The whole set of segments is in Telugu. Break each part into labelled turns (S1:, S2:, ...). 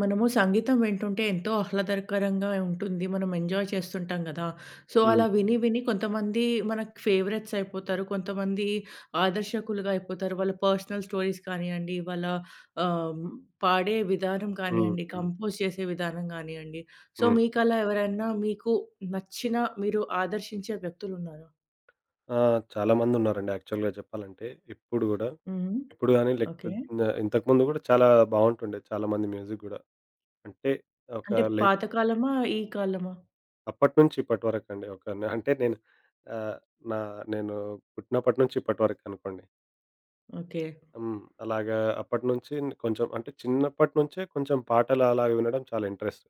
S1: మనము సంగీతం వింటుంటే ఎంతో ఆహ్లాదకరంగా ఉంటుంది. మనం ఎంజాయ్ చేస్తుంటాం గదా! సో,
S2: హ్మ్.
S1: అలా విని, విని కొంతమంది మనకి ఫేవరెట్స్ అయిపోతారు. కొంతమంది ఆదర్శకులుగా అయిపోతారు. వాళ్ళ పర్సనల్ స్టోరీస్ కానియండి, వాళ్ళ ఆహ్, పాడే విధానం
S2: హ్మ్.
S1: కానియండి,
S2: హ్మ్.
S1: కంపోజ్ చేసే విధానం గానియండి. సో,
S2: హ్మ్.
S1: మీకలా ఎవరైనా మీకు నచ్చిన, మీరు ఆదర్శించే వ్యక్తులున్నారా?
S2: ఆ! చాలామందున్నారండి యాక్చువల్‌గా చెప్పాలంటే. ఇప్పుడు గూడా.
S1: హ్మ్.
S2: ఇప్పుడు గాని
S1: ఓకే.
S2: లేకపోతే ఇంతకుముందు గూడా చాలా బావుంటుండే చాలామంది మ్యూజిక్ గూడా. అంటే ఒక
S1: అంటే
S2: లైక్
S1: పాత కాలమా? ఈ కాలమా?
S2: అప్పటి నుంచి ఇప్పటి వరకండి. ఒక న అంటే నేను ఆహ్, నా నేను పుట్టినప్పటి నుంచి ఇప్పటి వరకనుకోండి.
S1: ఓకే.
S2: హ్మ్. అలాగా అప్పటి నుంచి కొంచెం అంటే చిన్నప్పటి నుంచే కొంచెం పాటలు అలాగ వినడం చాలా ఇంట్రెస్ట్.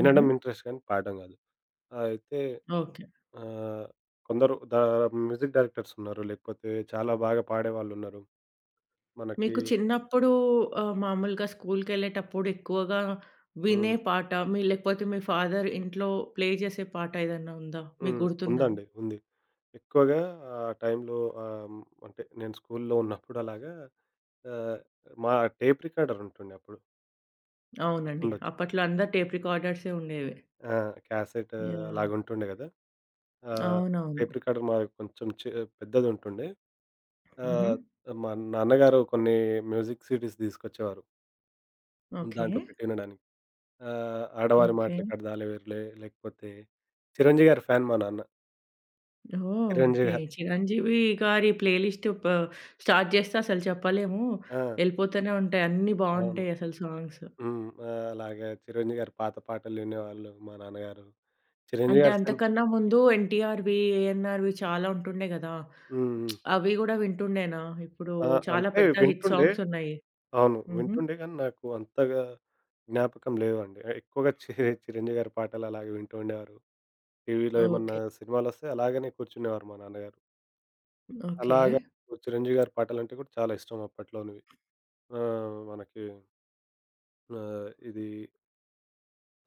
S1: హుహు.
S2: ఇంట్రెస్ట్ కానీ పాడడం గాదు. అయితే
S1: ఓకే.
S2: ఆహ్, కొందరు మ్యూజిక్ డైరెక్టర్స్ ఉన్నారు. లేకపోతే చాలా బాగా పాడేవాళ్ళున్నారు. మనకి
S1: మీకు చిన్నప్పుడు మామూలుగా స్కూల్‌కెళ్ళేటప్పుడు ఎక్కువగా
S2: హ్మ్.
S1: వినే పాట, మీ లేకపోతే మీ ఫాదర్ ఇంట్లో ప్లే చేసే పాట ఏదన్నా ఉందా? మీకు
S2: హ్మ్.
S1: గుర్తున్నది?
S2: ఉందండి. ఉంది. ఎక్కువగా ఆ టైంలో ఆహ్, అంటే నేను స్కూల్లో ఉన్నప్పుడు అలాగా ఆహ్, మా టేప్ రికార్డర్ ఉంటుండే అప్పుడు
S1: అవునండి.
S2: గుర్తుండొచ్చు.
S1: అప్పట్లో అందరు టేప్ రికార్డర్సే ఉండేవి.
S2: ఆ! Cassette
S1: yeah!
S2: అలాగుంటుండే గదా! ఆహ్,
S1: అవునవును.
S2: టేప్ రికార్డర్ మాది కొంచెం పెద్దదుంటుండే.
S1: హుహు.
S2: ఆహ్, మా నాన్నగారు కొన్ని మ్యూజిక్ సీడీస్ తీసుకొచ్చేవారు.
S1: ఓకే.
S2: దాంట్లో పెట్టి వినడానికి. ఆ! ఆడవారి
S1: ఓకే.
S2: మాటలకాడదాలె వేరులే లేకపోతే 'చిరంజీవి' గారి ఫ్యాన్ మా నాన్న.
S1: ఓహ్!
S2: 'చిరంజీవి'
S1: ఓకే.
S2: గారు.
S1: చిరంజీవి గారి ప్లే లిస్ట్ స్టార్ట్ చేస్తే అసలు చెప్పలేము.
S2: ఆ!
S1: ఎళ్ళిపోతూనే ఉంటాయి. అన్నీ
S2: అవును.
S1: బావుంటాయి అసలు సాంగ్స్.
S2: హ్మ్. ఆ! అలాగే 'చిరంజీవి' గారి పాత పాటలు వినేవాళ్ళు మా నాన్నగారు. 'చిరంజీవి'
S1: అంటే
S2: గారి సిన్
S1: అంతకన్నా ముందు ఎన్టీఆర్‌వి, ఏఎన్నార్‌వి చాలా ఉంటుండే కదా!
S2: హ్మ్. హ్మ్.
S1: అవి గూడా వింటుండేనా? ఇప్పుడు
S2: ఆ!
S1: చాలా
S2: అంటే
S1: పెద్ద హిట్
S2: వింటుండే.
S1: సాంగ్స్ ఉన్నాయి.
S2: అవును.
S1: హుహు.
S2: వింటుండే కానీ నాకు అంతగా జ్ఞాపకం లేవండి. ఎక్కువగా 'చిరంజీవి' గారి పాటలు అలాగే వింటూ ఉండేవారు. టీవీలో ఏమన్నా
S1: ఓకే.
S2: సినిమాలొస్తే అలాగనే కూర్చునేవారు మా నాన్నగారు.
S1: ఓకే.
S2: అలాగా 'చిరంజీవి' గారి పాటలంటే కూడా చాలా ఇష్టం అప్పట్లోనివి. ఆ! మనకి ఇది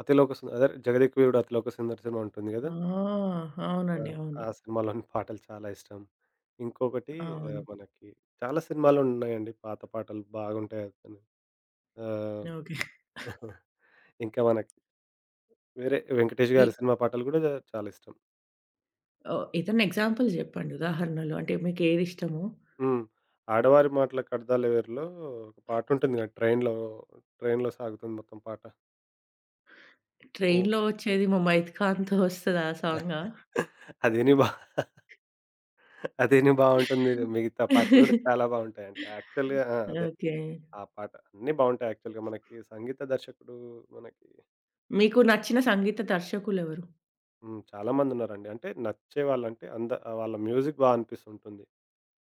S2: అతిలోక సుం అదే 'జగదేకవీరుడు అతిలోక సుందరి' సినిమా ఉంటుంది గదా!
S1: ఆ!
S2: ఆ!
S1: అవునండి. అవును.
S2: ఆ సినిమాలోని పాటలు చాలా ఇష్టం. ఇంకొకటి
S1: అవును.
S2: మనకి చాలా సినిమాలున్నాయండి పాత పాటలు బాగుంటాయి అతను. ఆహ్,
S1: ఓకే.
S2: ఇంకా మనకి వేరే 'వెంకటేష్'
S1: ఈ
S2: గారి సినిమా పాటలు గూడా చాలా ఇష్టం.
S1: ఓహ్! ఏదైనా ఎగ్జాంపుల్ జెప్పండి ఉదాహరణలు. అంటే మీకేది ఇష్టమో?
S2: హ్మ్. 'ఆడవారి మాటలకు అర్థాలెవేరి'లో ఒక పాటుంటుంది గదా! ట్రైన్‌లో సాగుతుంది మొత్తం పాట. ఓహ్!
S1: ట్రైన్‌లో వచ్చేది 'ముమైత్ ఖాన్‌తో' వస్తదా ఆ సాంగా?
S2: అదేని బా అదేని బావుంటుంది. మిగతా పాటలు గూడా చాలా బావుంటాయండి. యాక్చువల్‌గా ఆ! అదే.
S1: ఓకే.
S2: ఆ పాట అన్నీ బావుంటాయి యాక్చువల్‌గా మనకి సంగీత దర్శకుడు మనకి
S1: మీకు నచ్చిన సంగీత దర్శకులెవరు?
S2: హ్మ్. చాలా మందున్నారండి. అంటే నచ్చేవాళ్ళంటే వాళ్ళ మ్యూజిక్ అనిపిస్తుంటుంది.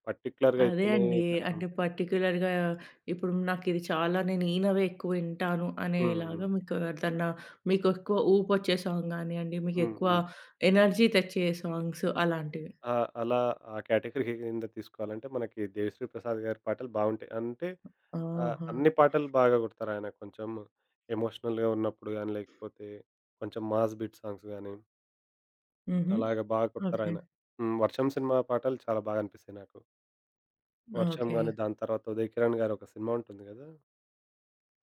S2: పర్టిక్యులర్‌గా
S1: అదే
S2: అయితేనే
S1: అండి.
S2: హ్మ్.
S1: అంటే పర్టిక్యులర్‌గా ఇప్పుడు నాకిది చాలా నేను ఈనవే ఎక్కువ వింటాను
S2: హ్మ్. హ్మ్.
S1: అనేలాగా మీకు ఏదన్నా మీకెక్కువ ఊపొచ్చే సాంగ్ గానియండి,
S2: హ్మ్.
S1: మీకెక్కువ
S2: హ్మ్.
S1: ఎనర్జీ తెచ్చే సాంగ్స్ అలాంటివి.
S2: ఆ! అలా ఆ కేటగరీ కింద తీసుకోవాలంటే మనకి 'దేవిశ్రీ ప్రసాద్' గారి పాటలు బావుంటాయి. అంటే
S1: ఆహా!
S2: అన్ని పాటలు బాగా కొడతారాయన. కొంచెం ఎమోషనల్‌గా ఉన్నప్పుడు గాని, లేకపోతే కొంచెం మాస్ బీట్ సాంగ్స్ గాని
S1: హుహు.
S2: అలాగ బాగా
S1: ఓకే.
S2: కొడతారాయన. హ్మ్. 'వర్షం' సినిమా పాటలు చాలా బాగా అనిపిస్తాయి నాకు. వర్షం
S1: ఓకే.
S2: గాని, దాని తర్వాత 'ఉదయ్ కిరణ్' గారి ఒక సినిమా ఉంటుంది గదా!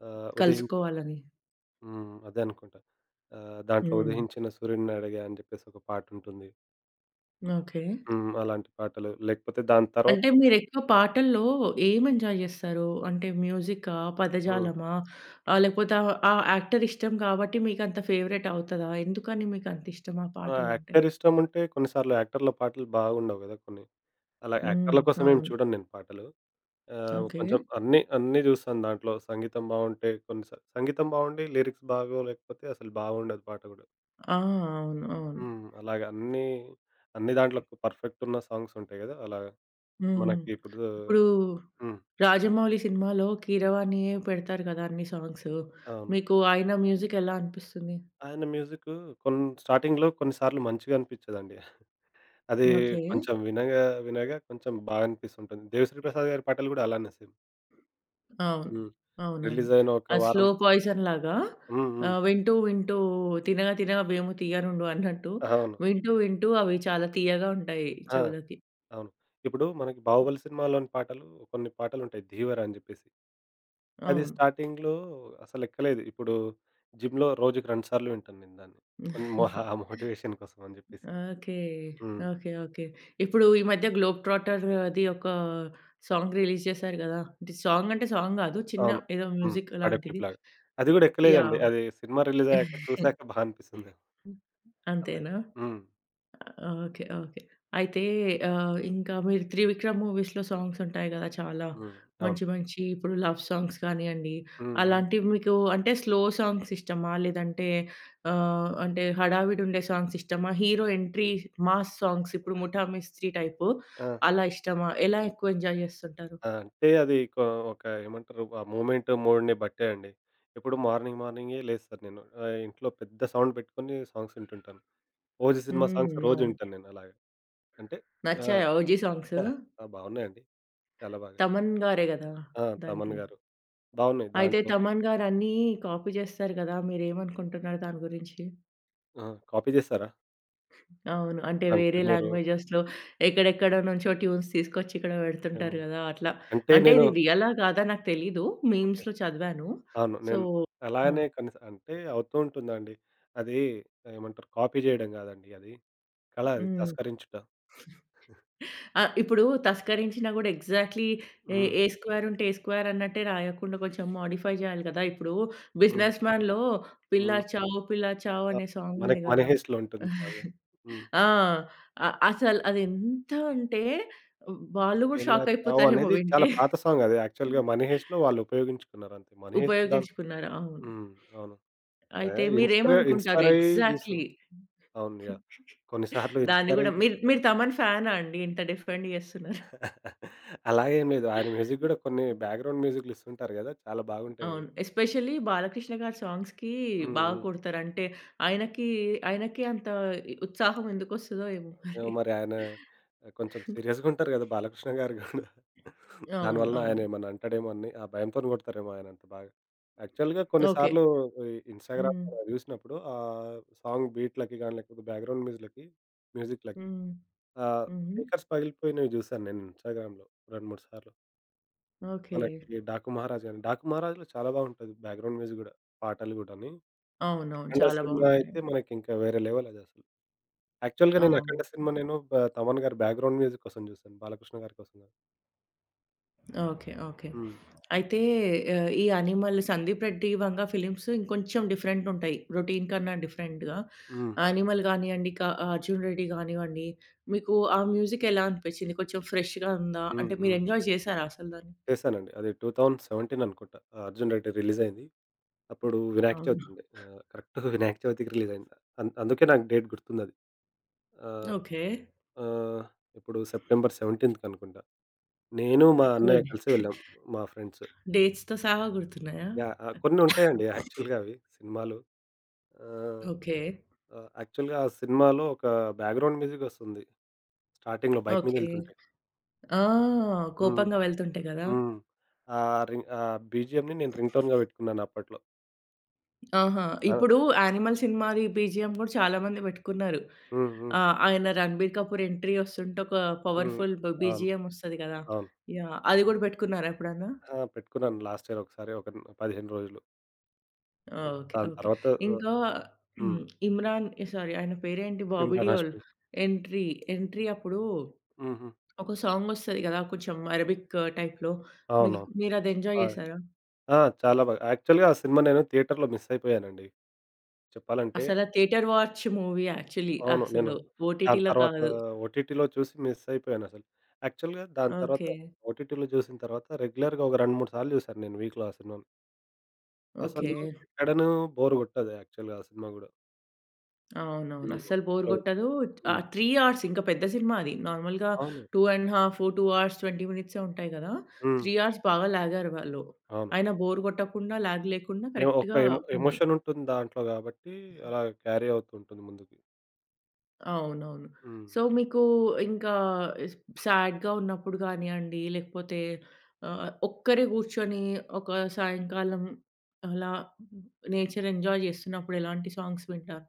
S2: ఆహ్, ఉదయించి
S1: కలుసుకోవాలని.
S2: హ్మ్. అదే అనుకుంటా. దాంట్లో
S1: హ్మ్.
S2: 'ఉదయించిన సూర్యుడినడిగా' అని జెప్పేసి ఒక పాటుంటుంది.
S1: ఓకే.
S2: హ్మ్. అలాంటి పాటలు లేకపోతే దాని తర్వాత
S1: అంటే మీరెక్కువ పాటల్లో ఏం ఎంజాయ్ జేస్తారు? అంటే మ్యూజికా?
S2: హ్మ్.
S1: పదజాలమా? లేకపోతే ఆ యాక్టర్ ఇష్టం కాబట్టి మీకంత ఫేవరెట్ అవుతదా? ఎందుకని మీకంతిష్టం ఆ
S2: ఆ!
S1: పాటలంటే?
S2: యాక్టర్ ఇష్టముంటే కొన్ని సార్లు యాక్టర్‌ల పాటలు బాగుండవు గదా! కొన్ని. అలా
S1: హ్మ్.
S2: యాక్టర్‌ల కోసం ఏం
S1: అవును.
S2: చూడను నేను పాటలు.
S1: ఓకే.
S2: కొంచెం అన్నీ అన్నీ జూస్తాను దాంట్లో. సంగీతం బావుంటే కొన్ని స సంగీతం బావుండి లిరిక్స్ బాగోలేకపోతే అసలు బాగుండదు పాట గూడా.
S1: ఆ! అవును. అవును.
S2: హ్మ్. అలాగ అన్నీ, అన్ని దాంట్లో పర్ఫెక్ట్ ఉన్న సాంగ్స్ ఉంటాయి గదా! అలాగా.
S1: హ్మ్.
S2: మనకి ఇప్పుడు
S1: ఇప్పుడు
S2: హ్మ్.
S1: 'రాజమౌళి' సినిమాలో 'కీరవాణి'యే పెడతారు కదా! అన్ని సాంగ్స్.
S2: అవును.
S1: మీకు ఆయన మ్యూజిక్ ఎలా అనిపిస్తుంది?
S2: ఆయన మ్యూజిక్కు కొన్ని స్టార్టింగ్‌లో కొన్నిసార్లు మంచిగా అనిపించదండి. అది
S1: ఓకే.
S2: కొంచెం వినగా, వినగా కొంచెం బాగా అనిపిస్తుంటుంది. 'దేవిశ్రీ ప్రసాద్' గారి పాటలు కూడా అలానే సేమ్.
S1: అవును.
S2: హ్మ్. రిలీజ్
S1: అవునండి.
S2: అయిన
S1: ఆ
S2: ఒక వారం
S1: స్లో పాయిజన్ లాగా
S2: హ్మ్. హ్మ్.
S1: వింటూ వింటూ 'తినగా తినగా వేము తీయనుండు' అన్నట్టు
S2: అవును.
S1: వింటూ వింటూ అవి చాలా తీయగా ఉంటాయి
S2: ఆ!
S1: చెవులకి.
S2: అవును. ఇప్పుడు మనకి 'బాహుబలి' సినిమాలోని పాటలు కొన్ని పాటలుంటాయి 'ధీవర' అని చెప్పేసి. అది
S1: అవును.
S2: స్టార్టింగ్‌లో అసలెక్కలేదు. ఇప్పుడు జిమ్‌లో రోజుకి 2 సార్లు వింటాను నేను దాన్ని. కొన్ని మోటివేషన్ కోసం అని చెప్పేసి.
S1: ఓకే.
S2: హ్మ్.
S1: ఓకే. ఓకే. ఇప్పుడు ఈ మధ్య 'గ్లోబ్ ట్రాటర్' అది ఒక సాంగ్ రిలీజ్ చేశారు గదా! అంటే సాంగ్ అంటే సాంగ్ గాదు. చిన్న
S2: అవును.
S1: ఏదో
S2: హ్మ్.
S1: మ్యూజిక్
S2: ఆడియో
S1: లాంటిది.
S2: క్లిప్‌లాగా. అది గూడా ఎక్కలేదండి.
S1: యాహ్!
S2: అది సినిమా రిలీజయ్యాక చూసాక అనిపిస్తుంది. అలాగే.
S1: అంతేనా?
S2: హ్మ్.
S1: ఓకే. ఓకే. అయితే ఇంకా మీరు 'త్రివిక్రమ్' మూవీస్‌లో సాంగ్స్ ఉంటాయి గదా! చాలా
S2: హ్మ్. అవును.
S1: మంచి మంచి ఇప్పుడు లవ్ సాంగ్స్ కానియండి,
S2: హ్మ్. హ్మ్.
S1: అలాంటివి మీకు అంటే స్లో సాంగ్స్ ఇష్టమా? లేదంటే అంటే హడావిడి ఉండే సాంగ్స్ ఇష్టమా? హీరో ఎంట్రీ మాస్ సాంగ్స్ ఇప్పుడు 'ముఠా మిస్త్రీ' టైపు
S2: ఆ!
S1: అలా ఇష్టమా? ఎలా ఎక్కువ ఎంజాయ్ జేస్తుంటారు?
S2: ఆ! అంటే అది ఒక ఏమంటారు ఆ మూమెంట్, మూడ్‌ని బట్టే అండి. ఇప్పుడు మార్నింగ్ మార్నింగే లేస్తాను నేను. ఇంట్లో పెద్ద సౌండ్ పెట్టుకొని సాంగ్స్ వింటుంటాను. 'ఓజీ' సినిమా సాంగ్స్
S1: హ్మ్.
S2: రోజు
S1: అవును.
S2: వింటాను నేను అలాగా. అంటే ఆహ్,
S1: నచ్చాయా 'ఓజీ' సాంగ్స్?
S2: ఆ! బావున్నాయండి. చాలా బాగా.
S1: తమన్ గారే గదా!
S2: ఆ! 'తమన్'
S1: దానికి.
S2: గారు. బావున్నాయి
S1: అయితే
S2: దాంట్లో.
S1: తమన్ గారు అన్నీ కాపీ జేస్తారు గదా! మీరేమనుకుంటున్నారు దాని గురించి?
S2: ఆ! కాపీ చేసారా?
S1: అవును. అంటే
S2: అంటే
S1: వేరే
S2: మీరు
S1: లాంగ్వేజెస్‌లో ఎక్కడెక్కడో నుంచో ట్యూన్స్ తీసుకొచ్చి ఇక్కడ
S2: ఏమో
S1: పెడుతుంటారు గదా! అట్లా.
S2: అంటే
S1: అంటే
S2: నేను
S1: ఇది రియలా? కాదా? నాకు తెలీదు.
S2: ఓకే.
S1: మీమ్స్‌లో చదివాను.
S2: అవును.
S1: సో
S2: నేను
S1: ఆ!
S2: అలానే కనీస అంటే అవుతూ ఉంటుందండి. అది ఏమంటారు కాపీ చేయడం కాదండి అది. కళ అది
S1: హ్మ్.
S2: తస్కరించుట.
S1: ఆ! ఇప్పుడు తస్కరించినా గూడా ఎగ్జాక్ట్‌లీ ఏ
S2: హ్మ్.
S1: ఏ స్క్వేర్ ఉంటే ఏ స్క్వేర్ అన్నట్టే రాయకుండా కొంచెం మోడిఫై జేయాలి గదా! ఇప్పుడు
S2: హ్మ్.
S1: 'బిజినెస్ మ్యాన్‌లో' పిల్లా
S2: హ్మ్.
S1: చావు పిల్లా చావు
S2: ఆ!
S1: అనే సాంగ్
S2: మనకి
S1: ఉంది
S2: 'మనీ
S1: గదా!
S2: హెయిస్ట్‌లో' ఉంటుంది సాంగ్. హ్మ్.
S1: ఆ! అసలు అది ఎంత అంటే వాళ్ళు గూడా
S2: 'పెళ్ళా
S1: షాక్
S2: చావు'
S1: అయిపోతారేమో
S2: అనేది చాలా
S1: వింటే.
S2: పాత సాంగ్ అది. యాక్చువల్‌గా 'మనీ హెయిస్ట్‌లో' వాళ్ళు ఉపయోగించుకున్నారు అంతే. 'మనీ హెయిస్ట్' దాన్
S1: ఉపయోగించుకున్నారు. అవును.
S2: హ్మ్. అవును. ఆ!
S1: అయితే
S2: ఇన్‌స్పైర్
S1: మీరేమనుకుంటారు
S2: ఇన్‌స్పైర్ అయ్యి
S1: ఎగ్జాక్ట్‌లీ?
S2: అవును. యాహ్! కొన్ని సార్లు
S1: దాన్ని
S2: ఇన్‌స్పైర్
S1: గూడా
S2: అయ్యి
S1: మీరు
S2: తీసుకుంటారు.
S1: మీరు తమన్ ఫ్యానా అండి? ఇంత డిఫెండ్ జేస్తున్నారు.
S2: అలాగేం లేదు. ఆయన మ్యూజిక్ కూడా కొన్ని బ్యాక్‌గ్రౌండ్ మ్యూజిక్‌లు ఇస్తుంటారు కదా! చాలా బాగుంటాయి అవి.
S1: అవును. ఎస్పెషల్లీ బాలకృష్ణ గారి సాంగ్స్‌కి
S2: హ్మ్.
S1: బాగా
S2: హ్మ్.
S1: కొడతారు. అంటే ఆయనకి, ఆయనకి అంత ఉత్సాహం ఎందుకొస్తదో ఏమో
S2: ఏమో
S1: మరి.
S2: మరి ఆయన కొంచెం సీరియస్‌గా ఉంటారు గదా! బాలకృష్ణ గారు గూడా.
S1: అవును.
S2: దానివలన ఆయన
S1: అవును.
S2: ఏమన్నా అంటాడేమో అని ఆ భయంతోని కొడతారేమో ఆయన అంత బాగా. యాక్చువల్‌గా కొన్ని
S1: ఓకే.
S2: సార్లు ఈ
S1: హ్మ్.
S2: ఇన్‌స్టాగ్రామ్‌లో జూసినప్పుడు సాంగ్ బీట్‌లకి గాని, లేకపోతే బ్యాక్‌గ్రౌండ్ మ్యూజిక్‌లకి మ్యూజిక్‌లకి
S1: హ్మ్.
S2: ఆహ్,
S1: హుహు.
S2: స్పీకర్స్ పగిలిపోయినవి జూశాను నేను ఇన్‌స్టాగ్రామ్‌లో 2, 3 సార్లు.
S1: ఓకే.
S2: మనకి 'డాకు మహారాజ్' గాని 'డాకు మహారాజ్‌లో' చాలా బాగుంటది బ్యాక్‌గ్రౌండ్ మ్యూజిక్ గూడా, పాటలు గూడాని.
S1: అవునవును.
S2: 'అఖండ'
S1: చాలా
S2: సినిమా
S1: బావుంటాయి.
S2: అయితే మనకింకా వేరే లెవెల్ అదసలు. యాక్చువల్‌గా నేను
S1: అవును.
S2: 'అఖండ' సినిమా నేను తమన్ గారి బ్యాక్‌గ్రౌండ్ మ్యూజిక్ కోసం చూసాను. బాలకృష్ణ గారి కోసం కాదు.
S1: ఓకే. ఓకే.
S2: హ్మ్.
S1: అయితే ఈ 'అనిమల్' 'సందీప్ రెడ్డి వంగ' ఫిలిమ్స్ ఇంకొంచెం డిఫరెంట్ ఉంటాయి. రొటీన్ కన్నా డిఫరెంట్‌గా.
S2: హ్మ్.
S1: 'అనిమల్' గానియండి, 'అర్జున్ రెడ్డి' గానివ్వండి, మీకు ఆ మ్యూజిక్ ఎలా అనిపించింది? కొంచెం ఫ్రెష్‌గా ఉందా?
S2: హ్మ్.
S1: అంటే మీరు
S2: హ్మ్.
S1: ఎంజాయ్ చేసారా అసలు దాన్ని?
S2: చేశానండి. అది 2017 అనుకుంటా. ఆ 'అర్జున్ రెడ్డి' రిలీజ్ అయింది. అప్పుడు వినాయక చవితి
S1: అవునా?
S2: ఉండే. కరెక్ట్ వినాయక చవితికి రిలీజ్ అయింది. అందుకే నాకు డేట్ గుర్తుందది. ఆహ్,
S1: ఓకే.
S2: ఆహ్, ఇప్పుడు సెప్టెంబర్ 17థ్ అనుకుంటా. నేను, మా అన్నయ్య
S1: పోనీ
S2: కలిసి వెళ్ళాం. మా ఫ్రెండ్స్.
S1: డేట్స్‌తో సహా గుర్తున్నాయా?
S2: యాహ్! కొన్ని ఉంటాయండి యాక్చువల్‌గా అవి సినిమాలు. ఆహ్,
S1: ఓకే.
S2: ఆహ్, యాక్చువల్‌గా ఆ సినిమాలో ఒక బ్యాక్‌గ్రౌండ్ మ్యూజిక్ వస్తుంది. స్టార్టింగ్‌లో బైక్ మీద
S1: ఓకే.
S2: వెళ్తుంటే.
S1: ఆ!
S2: హ్మ్.
S1: కోపంగా వెళ్తుంటే గదా!
S2: హ్మ్. ఆ ఆ బీజీఎంని నేను రింగ్‌టోన్‌గా పెట్టుకున్నాను అప్పట్లో.
S1: ఆహా!
S2: ఆ!
S1: ఇప్పుడు 'యానిమల్' సినిమాది బీజీఎం గూడా చాలా మంది పెట్టుకున్నారు.
S2: హ్మ్. హ్మ్.
S1: ఆయన 'రణబీర్ కపూర్' ఎంట్రీ వస్తుంటే ఒక
S2: హ్మ్.
S1: పవర్‌ఫుల్
S2: అవును.
S1: బీజీఎం వస్తది గదా!
S2: అవును.
S1: యాహ్! అది గూడా పెట్టుకున్నారా ఎప్పుడన్నా?
S2: ఆ! పెట్టుకున్నాను లాస్ట్ ఇయర్ ఒకసారి ఒక 15 రోజులు.
S1: ఓకే.
S2: దాని
S1: ఓకే.
S2: తర్వాత
S1: ఇంకా
S2: హ్మ్.
S1: హ్మ్. 'ఇమ్రాన్' సారీ ఆయన పేరేంటి 'బాబీ
S2: 'ఇమ్రాన్
S1: డియోల్'
S2: హాష్మి.'
S1: ఎంట్రీ, ఎంట్రీ అప్పుడు
S2: హుహు.
S1: ఒక సాంగ్ వస్తది గదా! కొంచెం అరబిక్ టైప్‌లో. మీ
S2: అవునవును.
S1: మీరది ఎంజాయ్
S2: ఆ!
S1: జేసారా?
S2: ఆ! చాలా బాగా యాక్చువల్‌గా ఆ సినిమా నేను థియేటర్‌లో మిస్ అయిపోయానండి. చెప్పాలంటే
S1: అసలా థియేటర్ వాచ్ మూవీ యాక్చువల్లీ
S2: అవును. నేను
S1: అసలు
S2: దాని
S1: ఓటీటీలో
S2: తర్వాత
S1: కాదు.
S2: ఓటీటీలో చూసి మిస్ అయిపోయానసలు. యాక్చువల్‌గా దాని తర్వాత
S1: ఓకే.
S2: ఓటీటీలో చూసిన తర్వాత రెగ్యులర్‌గా ఒక 2, 3 సార్లు చూసాను నేను వీక్‌లో ఆ సినిమాని.
S1: ఓకే.
S2: అసలు ఎక్కడనూ బోర్ గొట్టదు యాక్చువల్‌గా ఆ సినిమా గూడా.
S1: అవునవును.
S2: లేదు.
S1: అస్సలు బోర్ గొట్టదు. ఆ
S2: హ్మ్.
S1: 3 అవర్స్ ఇంకా పెద్ద సినిమా అది. నార్మల్‌గా
S2: అవును.
S1: 2½ ½ 2 అవర్స్ 20 మినిట్సే ఉంటాయి గదా!
S2: హ్మ్.
S1: 3 అవర్స్ బాగా లాగారు వాళ్ళు.
S2: అవును.
S1: అయినా బోర్ గొట్టకుండా, లాగ్ లేకుండా
S2: ఏ
S1: కరెక్ట్‌గా
S2: ఒక ఎమో
S1: ఉంది.
S2: ఎమోషనుంటుంది దాంట్లో గాబట్టి, అలా క్యారీ అవుతుంటుంది ముందుకి.
S1: అవునవును.
S2: హ్మ్.
S1: సో, మీకు ఇంకా స్ సాడ్‌గా ఉన్నప్పుడు గానియండి, లేకపోతే ఒక్కరే గూర్చొని ఒక సాయంకాలం అలా నేచర్ ఎంజాయ్ జేస్తున్నప్పుడు ఎలాంటి సాంగ్స్ వింటారు?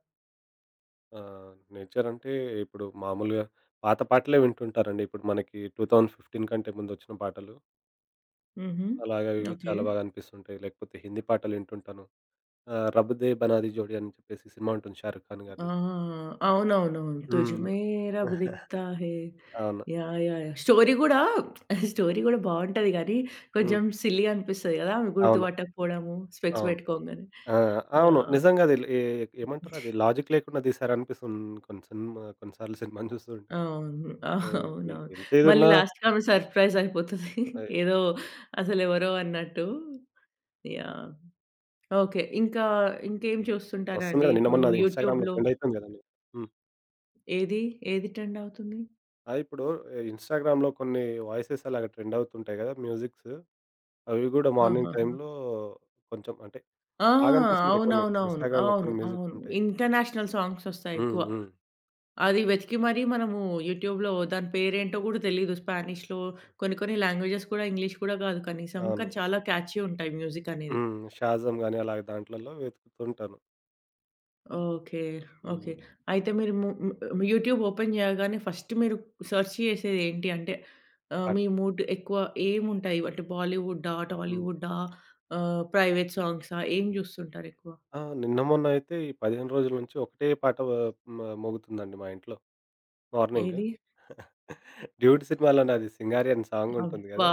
S2: నేచరంటే ఇప్పుడు మామూలుగా పాత పాటలే వింటుంటారండి. ఇప్పుడు మనకి 2015 కంటే ముందొచ్చిన పాటలు.
S1: హుహు.
S2: అలాగా ఇవి
S1: ఓకే.
S2: చాలా బాగా అనిపిస్తుంటాయి. లేకపోతే హిందీ పాటలు వింటుంటాను. 'రబ్ దే బనాది జోడీ' అని చెప్పేసి సినిమా ఉంటుంది 'షారుఖ్ ఖాన్'
S1: ఆ!
S2: గారిది.
S1: అవునవునవును.
S2: హ్మ్.
S1: 'తుజ్‌మే రబ్ దిఖ్తా హే'
S2: అవును.
S1: యాహ్! యాహ్! స్టోరీ గూడా స్టోరీ గూడా బావుంటది గానీ,
S2: హ్మ్.
S1: కొంచెం సిల్లీగా అనిపిస్తది గదా! ఆమె
S2: అవును.
S1: గుర్తుపట్టకపోవడము, స్పెక్స్
S2: అవును.
S1: పెట్టుకోంగానే.
S2: ఆ! అవును.
S1: యాహ్!
S2: నిజంగా అది ఏమంటారు అది లాజిక్ లేకుండా తీశారనిపిస్తుంది కొన్ని సినిమా కొన్ని సార్లు సినిమాని చూస్తుంటే.
S1: అవును.
S2: హ్మ్.
S1: అవునవును.
S2: ఎంత
S1: మళ్ళీ
S2: ఇదున్నా
S1: లాస్ట్‌కి ఆమె సర్ప్రైజ్ అయిపోతది.
S2: ఆహ్,
S1: ఏదో అసలెవరో అన్నట్టు. యాహ్! ఓకే. ఇంకా ఇంకేం
S2: ఎ వస్తుంది
S1: చూస్తుంటారండి
S2: కదా! నిన్న
S1: ఇప్పుడు
S2: మొన్న అది ఇన్‌స్టాగ్రామ్‌లో
S1: యూట్యూబ్‌లో?
S2: ట్రెండ్ అయితుంది కదండీ. హ్మ్.
S1: ఏది, ఏది ట్రెండ్ అవుతుంది?
S2: అది ఇప్పుడు ఇన్‌స్టాగ్రామ్‌లో కొన్ని వాయిసెస్ అలాగా ట్రెండ్ అవుతుంటాయి కదా! మ్యూజిక్స్ అవి కూడా మార్నింగ్
S1: ఆహాహా!
S2: టైమ్‌లో కొంచెం అంటే
S1: ఆ!
S2: బాగా అనిపిస్తుంటాయి కొన్ని.
S1: అవునవునవును.
S2: ఇన్‌స్టాగ్రామ్‌లో
S1: అవును.
S2: కొన్ని మ్యూజిక్స్
S1: అవును.
S2: ఉంటాయి.
S1: ఇంటర్నేషనల్
S2: హ్మ్.
S1: సాంగ్సొస్తాయెక్కువ.
S2: హ్మ్.
S1: అది వెతికి మరీ మనము యూట్యూబ్‌లో దాని పేరేంటో గూడా తెలీదు. స్పానిష్‌లో కొన్ని కొన్ని లాంగ్వేజెస్ కూడా ఇంగ్లీష్ కూడా గాదు కనీసం.
S2: అవును.
S1: కానీ చాలా క్యాచీ ఉంటాయి మ్యూజికనేది.
S2: హ్మ్. 'షాజమ్' గాని అలాగే దాంట్లలో వెతుకుతుంటాను.
S1: ఓకే.
S2: హ్మ్.
S1: ఓకే. అయితే మీరు ము ము యూట్యూబ్ ఓపెన్ జేయగానే ఫస్ట్ మీరు సెర్చ్ చేసేదేంటి? అంటే
S2: పాట.
S1: మీ మూడ్ ఎక్కువ ఏముంటాయి? అంటే బాలీవుడ్డా?
S2: హ్మ్.
S1: టాలీవుడ్డా? ప్రైవేట్ సాంగ్సా? ఏం జూస్తుంటారెక్కువ?
S2: ఆ! నిన్న మొన్న అయితే ఈ 15 రోజుల నుంచి ఒకటే పాట వ మ మోగుతుందండి మా ఇంట్లో మార్నింగ్.
S1: ఏది?
S2: 'డ్యూడ్' సినిమాలోనే అది 'సింగారి' అని సాంగ్ ఉంటుంది
S1: అబ్బా!
S2: గదా!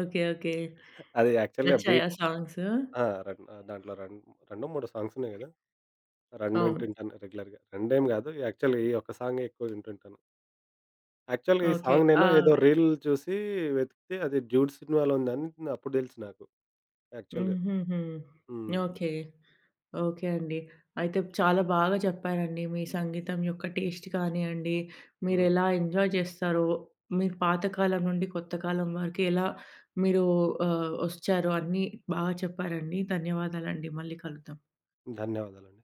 S1: ఓకే. ఓకే.
S2: అది యాక్చువల్‌గా
S1: నచ్చాయా
S2: బీట్.
S1: సాంగ్స్?
S2: ఆ! దాంట్లో రెండో, మూడో సాంగ్స్ ఉన్నాయి గదా! 2
S1: అవును.
S2: వింటుంటాను రెగ్యులర్‌గా. రెండేం గాదు యాక్చువల్‌గా ఈ ఒక్క సాంగే ఎక్కువ వింటుంటాను. యాక్చువల్‌గా ఈ
S1: ఓకే.
S2: సాంగ్
S1: ఆ!
S2: నేను ఏదో రీల్ చూసి వెతికితే అది 'డ్యూడ్' సినిమాలో ఉందని అప్పుడు తెలుసు నాకు యాక్చువల్‌గా.
S1: హుహుహు.
S2: హ్మ్.
S1: ఓకే. ఓకే అండి. అయితే చాలా బాగా చెప్పారండి. మీ సంగీతం యొక్క టేస్ట్ కానియండి,
S2: హ్మ్.
S1: మీరెలా ఎంజాయ్ చేస్తారో, మీరు పాత కాలం నుండి కొత్త కాలం వరకు ఎలా మీరు వచ్చారో అన్నీ బాగా చెప్పారండి. ధన్యవాదాలండి. మళ్ళీ కలుద్దాం.
S2: ధన్యవాదాలండి.